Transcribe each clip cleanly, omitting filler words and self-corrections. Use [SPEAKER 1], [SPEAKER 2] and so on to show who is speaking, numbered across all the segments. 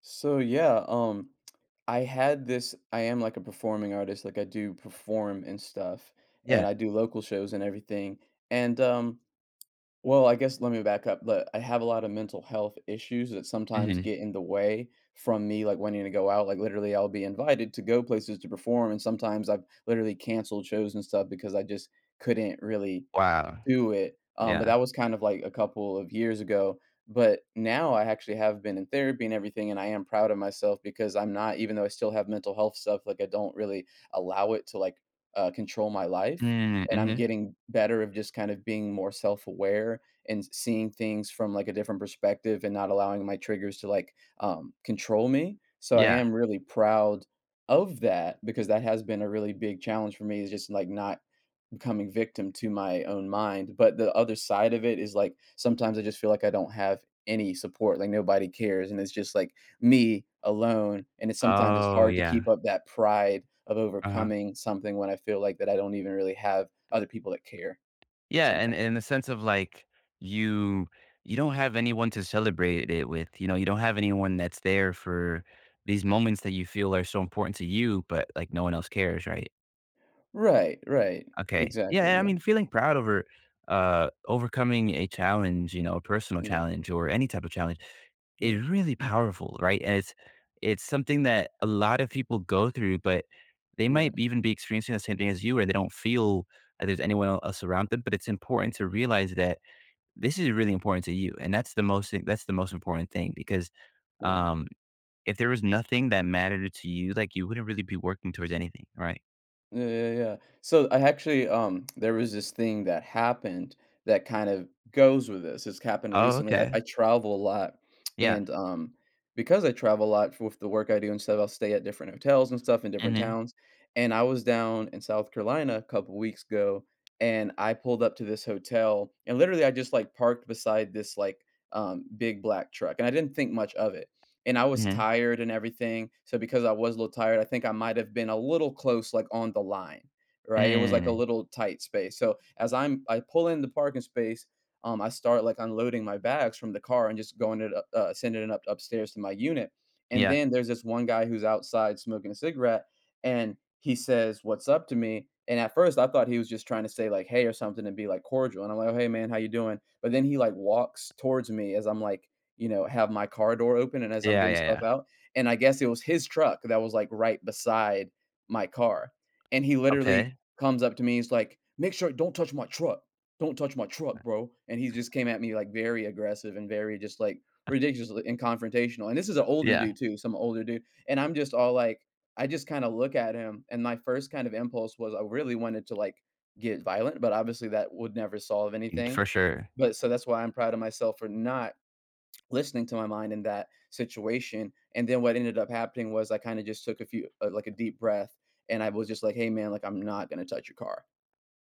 [SPEAKER 1] So I had this I am like a performing artist, like I do perform and stuff
[SPEAKER 2] Yeah.
[SPEAKER 1] and I do local shows and everything. And Well, I guess let me back up. But I have a lot of mental health issues that sometimes
[SPEAKER 2] Mhm.
[SPEAKER 1] get in the way from me like wanting to go out. Like literally I'll be invited to go places to perform, and sometimes I've literally canceled shows and stuff because I just couldn't really
[SPEAKER 2] Wow.
[SPEAKER 1] do it, but
[SPEAKER 2] Yeah.
[SPEAKER 1] that was kind of like a couple of years ago. But now I actually have been in therapy and everything, and I am proud of myself because I'm not, even though I still have mental health stuff, like I don't really allow it to control my life.
[SPEAKER 2] Mm,
[SPEAKER 1] And I'm
[SPEAKER 2] mhm.
[SPEAKER 1] getting better of just kind of being more self aware and seeing things from like a different perspective and not allowing my triggers to control me. So I
[SPEAKER 2] Yeah.
[SPEAKER 1] am really proud of that because that has been a really big challenge for me is just like not becoming victim to my own mind. But the other side of it is like sometimes I just feel like I don't have any support, like nobody cares, and it's just like me alone. And it's sometimes it's
[SPEAKER 2] Oh,
[SPEAKER 1] hard to
[SPEAKER 2] yeah.
[SPEAKER 1] keep up that pride of
[SPEAKER 2] Uh-huh.
[SPEAKER 1] overcoming something when I feel like that I don't even really have other people that care
[SPEAKER 2] Yeah, and
[SPEAKER 1] sometimes.
[SPEAKER 2] and in the sense of, like, you you don't have anyone to celebrate it with, you know, you don't have anyone that's there for these moments that you feel are so important to you, but, like, no one else cares, right?
[SPEAKER 1] Right, right.
[SPEAKER 2] Okay. Yeah,
[SPEAKER 1] Exactly.
[SPEAKER 2] and I mean,
[SPEAKER 1] Yeah.
[SPEAKER 2] feeling proud over, overcoming a challenge, you know, a personal
[SPEAKER 1] Yeah.
[SPEAKER 2] challenge or any type of challenge.
[SPEAKER 1] Yeah.
[SPEAKER 2] It's really powerful, right? And it's something that a lot of people go through, but they
[SPEAKER 1] Yeah.
[SPEAKER 2] might even be experiencing the same thing as you, where they don't feel that there's anyone else around them. But it's important to realize that this is really important to you, and that's the most important thing because
[SPEAKER 1] Right.
[SPEAKER 2] um, if there was nothing that mattered to you, like you wouldn't really be working towards anything, right?
[SPEAKER 1] Yeah, yeah, yeah. So I actually, there was this thing that happened that kind of goes with this. It's happened
[SPEAKER 2] Oh,
[SPEAKER 1] recently. I,
[SPEAKER 2] okay,
[SPEAKER 1] I travel a lot,
[SPEAKER 2] yeah,
[SPEAKER 1] and because I travel a lot with the work I do and stuff, I'll stay at different hotels and stuff in different
[SPEAKER 2] mm-hmm.
[SPEAKER 1] towns. And I was down in South Carolina a couple weeks ago, and I pulled up to this hotel, and literally I just like parked beside this like big black truck, and I didn't think much of it and I was
[SPEAKER 2] Mm-hmm.
[SPEAKER 1] tired and everything. So because I was a little tired, I think I might have been a little close, like on the line, right? It was like a
[SPEAKER 2] mm
[SPEAKER 1] little tight space. So I pull in the parking space, I start like unloading my bags from the car and just sending it up upstairs to my unit. And
[SPEAKER 2] yeah,
[SPEAKER 1] then there's this one guy who's outside smoking a cigarette, and he says, "What's up?" to me. And at first, I thought he was just trying to say like "Hey" or something and be like cordial. And I'm like, "Oh, hey man, how you doing?" But then he like walks towards me as I'm like, you know, have my car door open and as I'm
[SPEAKER 2] yeah,
[SPEAKER 1] getting
[SPEAKER 2] yeah, yeah.
[SPEAKER 1] stuff out, and I guess it was his truck that was, like, right beside my car, and he literally
[SPEAKER 2] Okay,
[SPEAKER 1] comes up to me, he's like, "Make sure don't touch my truck. Don't touch my truck, bro," and he just came at me, like, very aggressive and very just, like, ridiculously and confrontational, and this is an older
[SPEAKER 2] yeah.
[SPEAKER 1] dude too, some older dude, and I'm just all like I just kinda look at him, and my first kind of impulse was I really wanted to, like, get violent, but obviously that would never solve
[SPEAKER 2] Mm,
[SPEAKER 1] anything,
[SPEAKER 2] for sure,
[SPEAKER 1] but so that's why I'm proud of myself for not listening to my mind in that situation. And then what ended up happening was I kind of just took like a deep breath, and I was just like, "Hey, man, like I'm not gonna touch your car."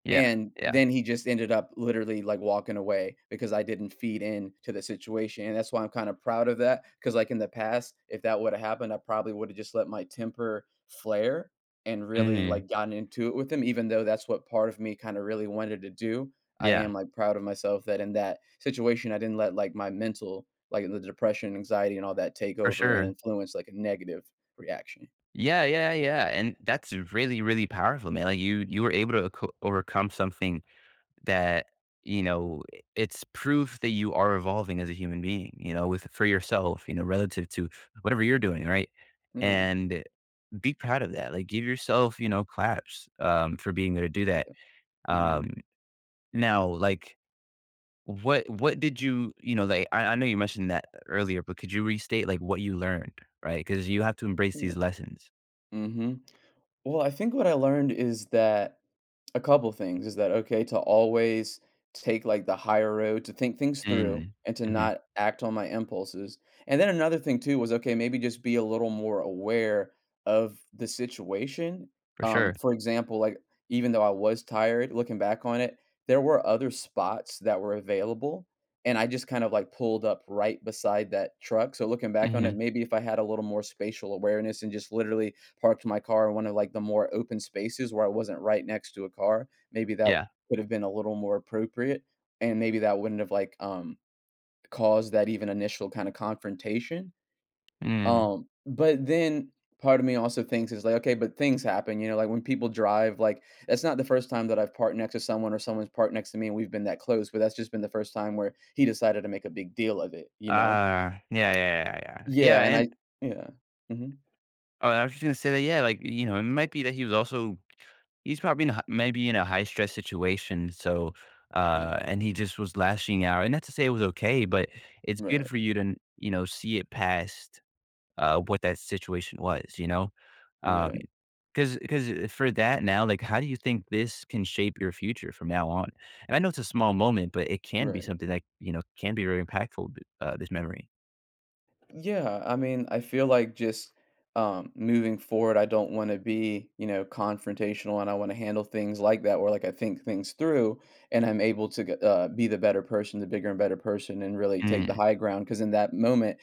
[SPEAKER 2] yeah,
[SPEAKER 1] And
[SPEAKER 2] yeah,
[SPEAKER 1] then he just ended up literally, like, walking away because I didn't feed in to the situation, and that's why I'm kinda proud of that because, like, in the past, if that would've happened, I probably would've just let my temper flare and really,
[SPEAKER 2] mm-hmm.
[SPEAKER 1] like, gotten into it with him, even though that's what part of me kinda really wanted to do. I
[SPEAKER 2] Yeah.
[SPEAKER 1] am, like, proud of myself that in that situation, I didn't let, like, my mental like, the depression, anxiety, and all that take
[SPEAKER 2] For
[SPEAKER 1] over and
[SPEAKER 2] sure.
[SPEAKER 1] influence, like, a negative reaction.
[SPEAKER 2] Yeah, yeah, yeah, and that's really, really powerful, man, like, you were able to co overcome something that, you know, it's proof that you are evolving as a human being, you know, with for yourself, you know, relative to whatever you're doing, right?
[SPEAKER 1] Yeah,
[SPEAKER 2] And be proud of that, like, give yourself, you know, claps, for being able to do
[SPEAKER 1] appreciate
[SPEAKER 2] that.
[SPEAKER 1] that. Mhm.
[SPEAKER 2] Um, Now, like, what did you I know you mentioned that earlier, but could you restate, like, what you learned, right? Because you have to embrace these
[SPEAKER 1] Yeah.
[SPEAKER 2] lessons.
[SPEAKER 1] Mhm. Well, I think what I learned is that a couple things is that, okay, to always take like the higher road, to think things through
[SPEAKER 2] Mm.
[SPEAKER 1] and to
[SPEAKER 2] Mhm.
[SPEAKER 1] not act on my impulses. And then another thing too was, okay, maybe just be a little more aware of the situation.
[SPEAKER 2] For sure.
[SPEAKER 1] For example, like even though I was tired, looking back on it, there were other spots that were available. And I just kind of like pulled up right beside that truck. So looking back on it,
[SPEAKER 2] Mhm.
[SPEAKER 1] maybe if I had a little more spatial awareness and just literally parked my car in one of, like, the more open spaces where I wasn't right next to a car, maybe that
[SPEAKER 2] Yeah.
[SPEAKER 1] would have been a little more appropriate, and maybe that wouldn't have caused that even initial kinda confrontation,
[SPEAKER 2] Mm.
[SPEAKER 1] but then part of me also thinks is like, "Okay, but things happen," you know, like, when people drive, like, that's not the first time that I've parked next to someone or someone's parked next to me and we've been that close, but that's just been the first time where he decided to make a big deal of it, you know?
[SPEAKER 2] Ah, yeah, yeah, yeah, yeah. Yeah,
[SPEAKER 1] Yeah, and
[SPEAKER 2] and
[SPEAKER 1] I Yeah. Mhm.
[SPEAKER 2] oh, I was just gonna say that, yeah, like, you know, it might be that he was also he's probably in a hi maybe in a high stress situation, so,
[SPEAKER 1] Yeah.
[SPEAKER 2] and he just was lashing out, and not to say it was okay, but it's good for
[SPEAKER 1] Right.
[SPEAKER 2] you to, you know, see it past what that situation was, you know? Um,
[SPEAKER 1] Right.
[SPEAKER 2] cause, cause for that now, like, how do you think this can shape your future from now on? And I know it's a small moment, but it can be
[SPEAKER 1] Right.
[SPEAKER 2] something that, you know, can be very impactful, this memory.
[SPEAKER 1] Yeah, I mean, I feel like just moving forward, I don't want to be, you know, confrontational, and I want to handle things like that, where like I think things through, and I'm able to be the better person, the bigger and better person, and really take the
[SPEAKER 2] Mm,
[SPEAKER 1] high ground. Because in that moment,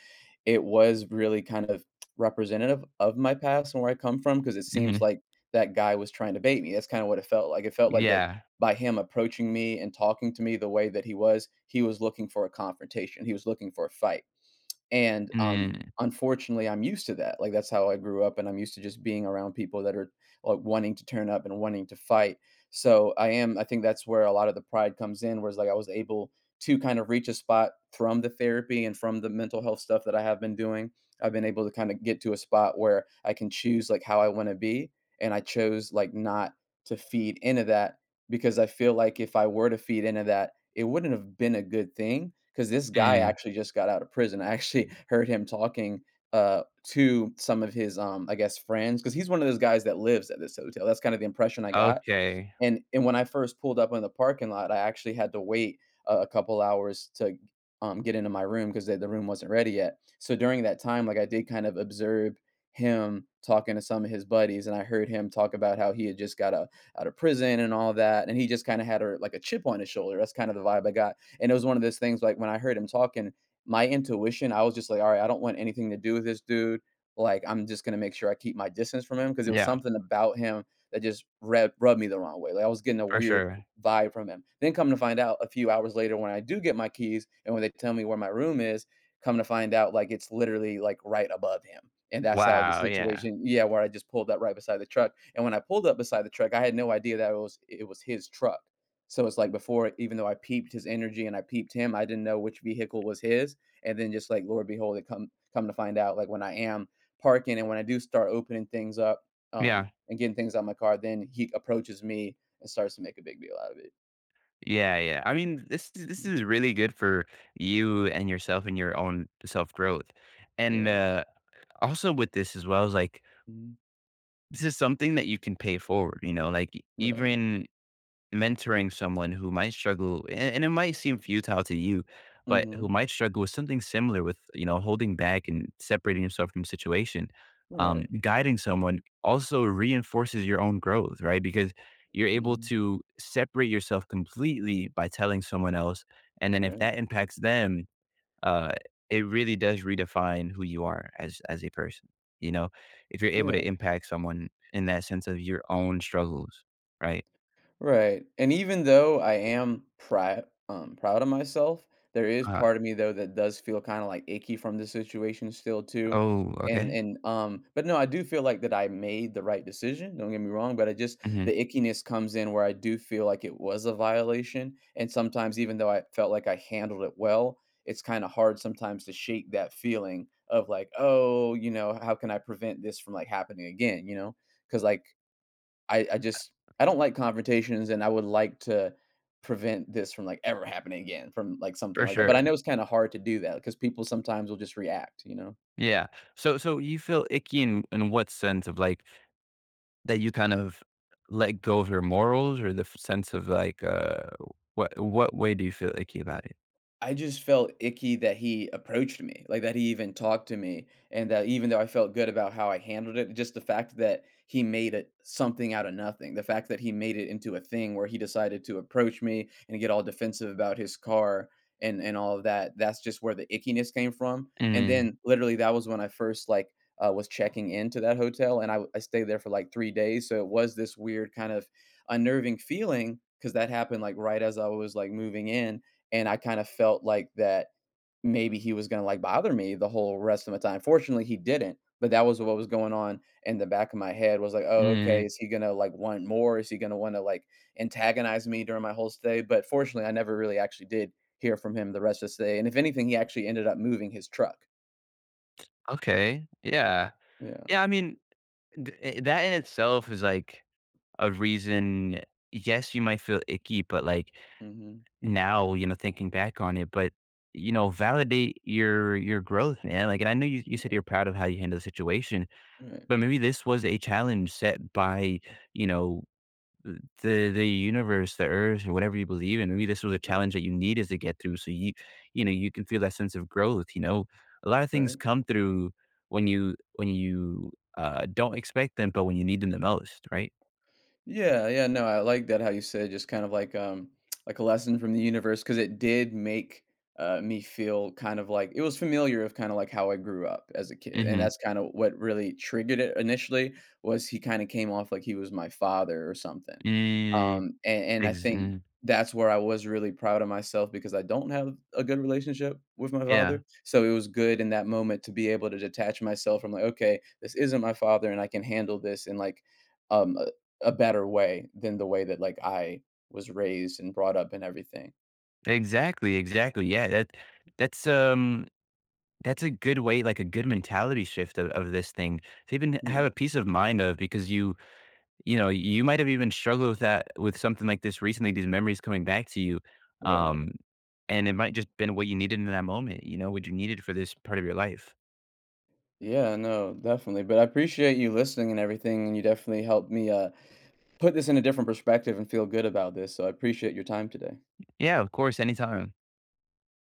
[SPEAKER 1] it was really kind of representative of my past and where I come from. Because it seems
[SPEAKER 2] mhm.
[SPEAKER 1] like that guy was trying to bait me. That's kind of what it felt like. It felt like that
[SPEAKER 2] Yeah.
[SPEAKER 1] by him approaching me and talking to me the way that he was looking for a confrontation. He was looking for a fight and
[SPEAKER 2] Mm,
[SPEAKER 1] unfortunately, I'm used to that, like, that's how I grew up, and I'm used to just being around people that are, like, wanting to turn up and wanting to fight. So, I am I think that's where a lot of the pride comes in, whereas, like, I was able to kind of reach a spot from the therapy and from the mental health stuff that I have been doing. I've been able to kinda get to a spot where I can choose, like, how I wanna be, and I chose, like, not to feed into that because I feel like if I were to feed into that, it wouldn't have been a good thing because this guy
[SPEAKER 2] mm.
[SPEAKER 1] actually just got out of prison. I actually heard him talking, to some of his I guess, friends because he's one of those guys that lives at this hotel. That's kind of the impression I got,
[SPEAKER 2] Okay.
[SPEAKER 1] and when I first pulled up in the parking lot, I actually had to wait a couple hours to, get into my room because the room wasn't ready yet. So during that time, like, I did kind of observe him talking to some of his buddies, and I heard him talk about how he had just got out of prison and all that, and he just kinda had a like, a chip on his shoulder. That's kind of the vibe I got. And it was one of those things, like, when I heard him talking, my intuition, I was just like, "Alright, I don't want anything to do with this dude." Like, I'm just gonna make sure I keep my distance from him because it was
[SPEAKER 2] Yeah,
[SPEAKER 1] something about him that just rubbed me the wrong way. Like I was getting a
[SPEAKER 2] for
[SPEAKER 1] weird
[SPEAKER 2] sure.
[SPEAKER 1] vibe from him. Then come to find out a few hours later when I do get my keys and when they tell me where my room is, come to find out like it's literally like right above him. And that's how the
[SPEAKER 2] Wow. Yeah.
[SPEAKER 1] situation, yeah, where I just pulled up right beside the truck. And when I pulled up beside the truck, I had no idea that it was his truck. So it's like before, even though I peeped his energy and I peeped him, I didn't know which vehicle was his. And then just like Lord behold, it come to find out, like when I am parking and when I do start opening things up,
[SPEAKER 2] Yeah.
[SPEAKER 1] and getting things out my car, then he approaches me and starts to make a big deal out of it.
[SPEAKER 2] Yeah. Yeah. I mean, this
[SPEAKER 1] Mm,
[SPEAKER 2] is really good for you and yourself and your own self growth. And,
[SPEAKER 1] Yeah.
[SPEAKER 2] also with this as well is like,
[SPEAKER 1] Mhm.
[SPEAKER 2] this is something that you can pay forward, you know, like
[SPEAKER 1] Right.
[SPEAKER 2] even mentoring someone who might struggle, and it might seem futile to you, but who
[SPEAKER 1] Mhm.
[SPEAKER 2] might struggle with something similar with, you know, holding back and separating yourself from situation.
[SPEAKER 1] Right.
[SPEAKER 2] Guiding someone also reinforces your own growth, right? Because you're able
[SPEAKER 1] Mhm.
[SPEAKER 2] to separate yourself completely by telling someone else. And then if
[SPEAKER 1] Right.
[SPEAKER 2] that impacts them, uh, it really does redefine who you are as a person. You know, if you're able to
[SPEAKER 1] Yeah.
[SPEAKER 2] impact someone in that sense of your own struggles, right?
[SPEAKER 1] Right. And even though I am proud proud of myself, there is
[SPEAKER 2] Uh,
[SPEAKER 1] part of me though that does feel kind of like icky from the situation still too.
[SPEAKER 2] oh, okay,
[SPEAKER 1] And but no, I do feel like that I made the right decision, don't get me wrong, but I just, the
[SPEAKER 2] hmm,
[SPEAKER 1] ickiness comes in where I do feel like it was a violation. And sometimes, even though I felt like I handled it well, it's kind of hard sometimes to shake that feeling of like, oh, you know, how can I prevent this from like happening again, you know? Cuz like I just, I don't like confrontations, and I would like to prevent this from, like, ever happening again, from, like, something
[SPEAKER 2] for
[SPEAKER 1] like that. But I
[SPEAKER 2] sure,
[SPEAKER 1] know it's kinda hard to do that because people sometimes will just react, you know?
[SPEAKER 2] yeah. So you feel icky in what sense of, like, that you kind of let go of your morals, or the sense of, like, what way do you feel icky about it?
[SPEAKER 1] I just felt icky that he approached me, like, that he even talked to me, and that even though I felt good about how I handled it, just the fact that he made it something out of nothing, the fact that he made it into a thing where he decided to approach me and get all defensive about his car and all of that, that's just where the ickiness came from. And
[SPEAKER 2] Mm,
[SPEAKER 1] then literally that was when I first, like, was checking into that hotel, and I stayed there for, like, 3 days, so it was this weird kind of unnerving feeling because that happened, like, right as I was, like, moving in, and I kinda felt like that maybe he was gonna, like, bother me the whole rest of my time. Fortunately, he didn't, but that was what was going on in the back of my head was like, "Oh,
[SPEAKER 2] mm,
[SPEAKER 1] okay, is he gonna, like, want more? Is he gonna wanna, like, antagonize me during my whole stay?" But fortunately, I never really actually did hear from him the rest of the stay, and if anything, he actually ended up moving his truck.
[SPEAKER 2] okay, yeah,
[SPEAKER 1] Yeah.
[SPEAKER 2] yeah. I mean, that in itself is like a reason. Yes, you might feel icky, but, like,
[SPEAKER 1] Mhm.
[SPEAKER 2] now, you know, thinking back on it, but, you know, validate your growth, man. Like, and I know you, you said
[SPEAKER 1] Right.
[SPEAKER 2] you're proud of how you handled the situation,
[SPEAKER 1] Right.
[SPEAKER 2] but maybe this was a challenge set by, you know, the universe, the earth, or whatever you believe in. Maybe this was a
[SPEAKER 1] Right.
[SPEAKER 2] challenge that you needed to get through. So you know, you can feel that sense of growth, you know. A lot of things
[SPEAKER 1] Right.
[SPEAKER 2] come through when you don't expect them, but when you need them the most, right?
[SPEAKER 1] Yeah, yeah, no, I like that how you said, just kind of like, like a lesson from the universe, because it did make me feel kind of like it was familiar, of kind of like how I grew up as a kid. And
[SPEAKER 2] Mm-hmm.
[SPEAKER 1] that's kind of what really triggered it initially, was he kind of came off like he was my father or something. And I
[SPEAKER 2] Ex
[SPEAKER 1] think
[SPEAKER 2] mm,
[SPEAKER 1] that's where I was really proud of myself, because I don't have a good relationship with my
[SPEAKER 2] yeah.
[SPEAKER 1] father. So it was good in that moment to be able to detach myself from, like, okay, this isn't my father and I can handle this, and like, um, a better way than the way that, like, I was raised and brought up and everything.
[SPEAKER 2] Exactly, exactly, yeah, that's, um that's a good way, like, a good mentality shift of this thing to even have
[SPEAKER 1] Mm,
[SPEAKER 2] a peace of mind of because you know, you might have even struggled with that with something like this recently, these memories coming back to you,
[SPEAKER 1] right.
[SPEAKER 2] um, and it might just been what you needed in that moment, you know, what you needed for this part of your life.
[SPEAKER 1] Yeah, no, definitely, but I appreciate you listening and everything, and you definitely helped me, put this in a different perspective and feel good about this, so I appreciate your time today.
[SPEAKER 2] Yeah, of course, anytime.